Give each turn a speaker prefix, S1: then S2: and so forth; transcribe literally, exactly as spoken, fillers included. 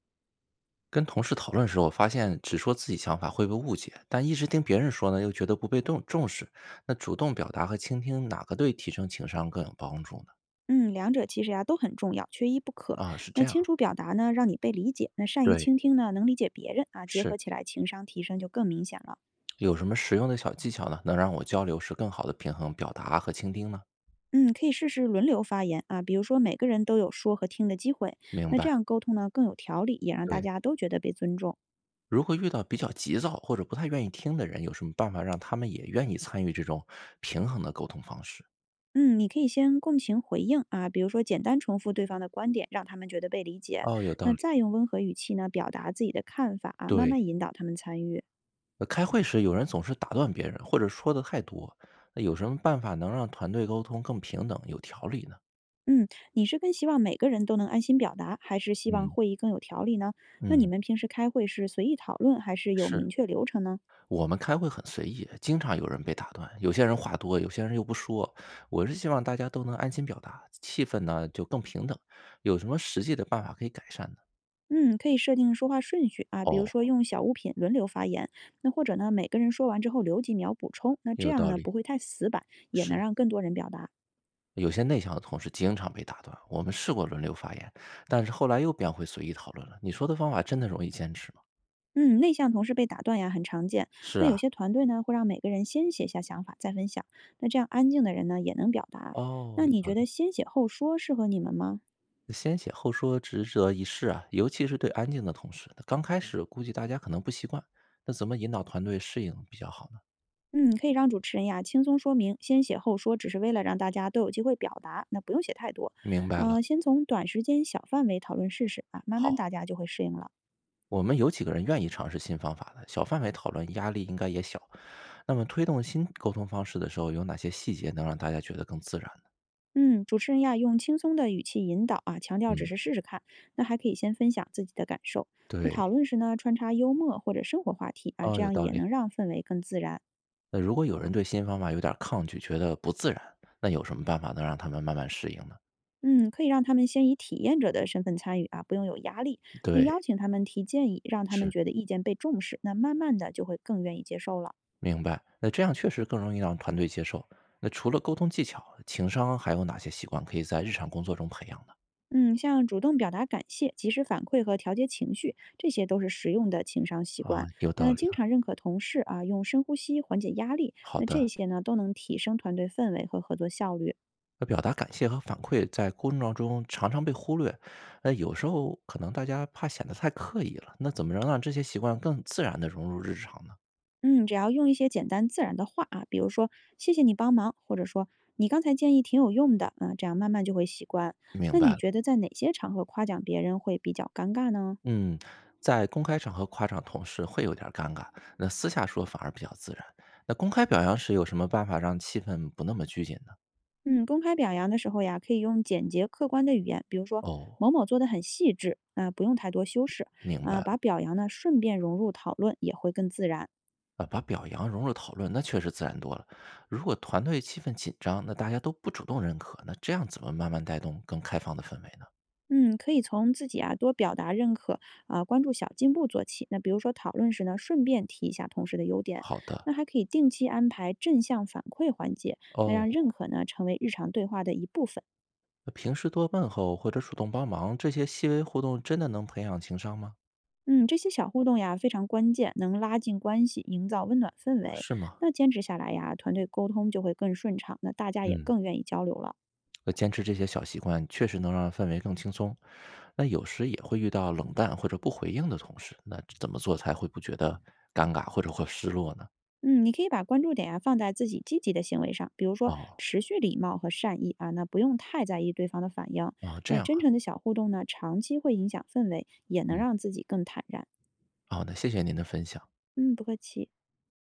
S1: 跟同事讨论时，我发现只说自己想法会被误解，但一直听别人说呢，又觉得不被重重视。那主动表达和倾听，哪个对提升情商更有帮助呢？
S2: 嗯，两者其实呀、都很重要，缺一不可。
S1: 啊，是
S2: 那
S1: 这样，
S2: 清楚表达呢，让你被理解；那善于
S1: 对，
S2: 倾听呢，能理解别人啊，结合
S1: 是
S2: 起来情商提升就更明显了。
S1: 有什么实用的小技巧呢，能让我交流时更好的平衡表达和倾听呢？
S2: 嗯，可以试试轮流发言啊，比如说每个人都有说和听的机会，
S1: 明
S2: 那这
S1: 白，
S2: 样沟通呢更有条理，也让大
S1: 对。
S2: 家都觉得被尊重。
S1: 如果遇到比较急躁或者不太愿意听的人，有什么办法让他们也愿意参与这种平衡的沟通方式？
S2: 嗯，你可以先共情回应啊，比如说简单重复对方的观点，让他们觉得被理解，
S1: 哦，有
S2: 那
S1: 道理，
S2: 再用温和语气呢表达自己的看法啊，慢慢
S1: 对。
S2: 引导他们参与。
S1: 呃，开会时有人总是打断别人，或者说的太多，那有什么办法能让团队沟通更平等、有条理呢？
S2: 嗯，你是更希望每个人都能安心表达，还是希望
S1: 嗯，
S2: 会议更有条理呢？那你
S1: 嗯，
S2: 们平时开会是随意讨论，还是有
S1: 是
S2: 明确流程呢？
S1: 我们开会很随意，经常有人被打断，有些人话多，有些人又不说。我是希望大家都能安心表达，气氛呢就更平等。有什么实际的办法可以改善呢？
S2: 嗯，可以设定说话顺序啊，比如
S1: 哦，
S2: 说用小物品轮流发言，那或者呢，每个人说完之后留几秒补充，那
S1: 也
S2: 这
S1: 有
S2: 样
S1: 道
S2: 呢
S1: 理，
S2: 不会太死板，也能
S1: 是
S2: 让更多人表达。
S1: 有些内向的同事经常被打断，我们试过轮流发言，但是后来又变回随意讨论了。你说的方法真的容易坚持吗？
S2: 嗯，内向同事被打断呀，很常见。
S1: 是
S2: 那有
S1: 啊，
S2: 些团队呢会让每个人先写下想法再分享，那这样安静的人呢也能表达。
S1: 哦，
S2: 那
S1: 有
S2: 你
S1: 道
S2: 觉得
S1: 理。
S2: 先写后说适合你们吗？
S1: 先写后说值得一试啊，尤其是对安静的同事，那刚开始估计大家可能不习惯，那怎么引导团队适应比较好呢？
S2: 嗯，可以让主持人呀轻松说明，先写后说，只是为了让大家都有机会表达，那不用写太多。
S1: 明白了，
S2: 呃，先从短时间小范围讨论试试啊，慢慢
S1: 好，
S2: 大家就会适应了。
S1: 我们有几个人愿意尝试新方法的，小范围讨论压力应该也小。那么推动新沟通方式的时候，有哪些细节能让大家觉得更自然呢？
S2: 嗯，主持人呀用轻松的语气引导啊，强调只
S1: 嗯，
S2: 是试试看，那还可以先分享自己的感受。那讨
S1: 对，
S2: 论时呢，穿插幽默或者生活话题啊，
S1: 哦，
S2: 这
S1: 有
S2: 样
S1: 道
S2: 也
S1: 理。
S2: 能让氛围更自然。
S1: 那如果有人对新方法有点抗拒，觉得不自然，那有什么办法能让他们慢慢适应呢？
S2: 嗯，可以让他们先以体验者的身份参与啊，不用有压力。那邀
S1: 对，
S2: 请他们提建议，让他们
S1: 是。
S2: 觉得意见被重视，那慢慢的就会更愿意接受了。
S1: 明白，那这样确实更容易让团队接受。那除了沟通技巧，情商还有哪些习惯可以在日常工作中培养呢？
S2: 嗯，像主动表达感谢、及时反馈和调节情绪，这些都是实用的情商习
S1: 啊，
S2: 惯。
S1: 有道
S2: 那
S1: 理
S2: 经
S1: 了。
S2: 常认可同事啊，用深呼吸缓解压力，
S1: 好
S2: 那这
S1: 的，
S2: 些呢都能提升团队氛围和合作效率。
S1: 那表达感谢和反馈在工作中常常被忽略，那有时候可能大家怕显得太刻意了。那怎么能让这些习惯更自然地融入日常呢？
S2: 嗯，只要用一些简单自然的话啊，比如说“谢谢你帮忙”，或者说“你刚才建议挺有用的”，啊，这样慢慢就会习惯。
S1: 明
S2: 那
S1: 白
S2: 你
S1: 了，
S2: 觉得在哪些场合夸奖别人会比较尴尬呢？
S1: 嗯，在公开场合夸奖同事会有点儿尴尬，那私下说反而比较自然。那公开表扬时有什么办法让气氛不那么拘谨呢？
S2: 嗯，公开表扬的时候呀，可以用简洁客观的语言，比如说
S1: 哦，
S2: 某某做的很细致，啊、不用太多修饰，
S1: 明白
S2: 啊、把
S1: 了。
S2: 表扬呢顺便融入讨论，也会更自然。
S1: 啊，把表扬融入讨论，那确实自然多了。如果团队气氛紧张，那大家都不主动认可，那这样怎么慢慢带动更开放的氛围呢？
S2: 嗯，可以从自己啊多表达认可，啊、关注小进步做起。那比如说讨论时呢，顺便提一下同事的优点。
S1: 好的，
S2: 那还可以定期安排正向反馈环节，那让认
S1: 哦，
S2: 可呢成为日常对话的一部分。
S1: 那平时多问候或者主动帮忙，这些细微互动真的能培养情商吗？
S2: 嗯，这些小互动呀非常关键，能拉近关系，营造温暖氛
S1: 啊
S2: 围。
S1: 是吗？
S2: 那坚持下来呀，团队沟通就会更顺畅，那大家也
S1: 嗯，
S2: 更愿意交流了。
S1: 那坚持这些小习惯确实能让氛围更轻松。那有时也会遇到冷淡或者不回应的同事，那怎么做才会不觉得尴尬或者会失落呢？
S2: 嗯，你可以把关注点呀放在自己积极的行为上，比如说
S1: 哦，
S2: 持续礼貌和善意啊，那不用太在意对方的反应。
S1: 哦，这
S2: 那
S1: 样
S2: 真
S1: 啊，
S2: 诚的小互动呢，长期会影响氛围，也能
S1: 嗯，
S2: 让自己更坦然。
S1: 哦，那谢谢您的分享。
S2: 嗯，不客气。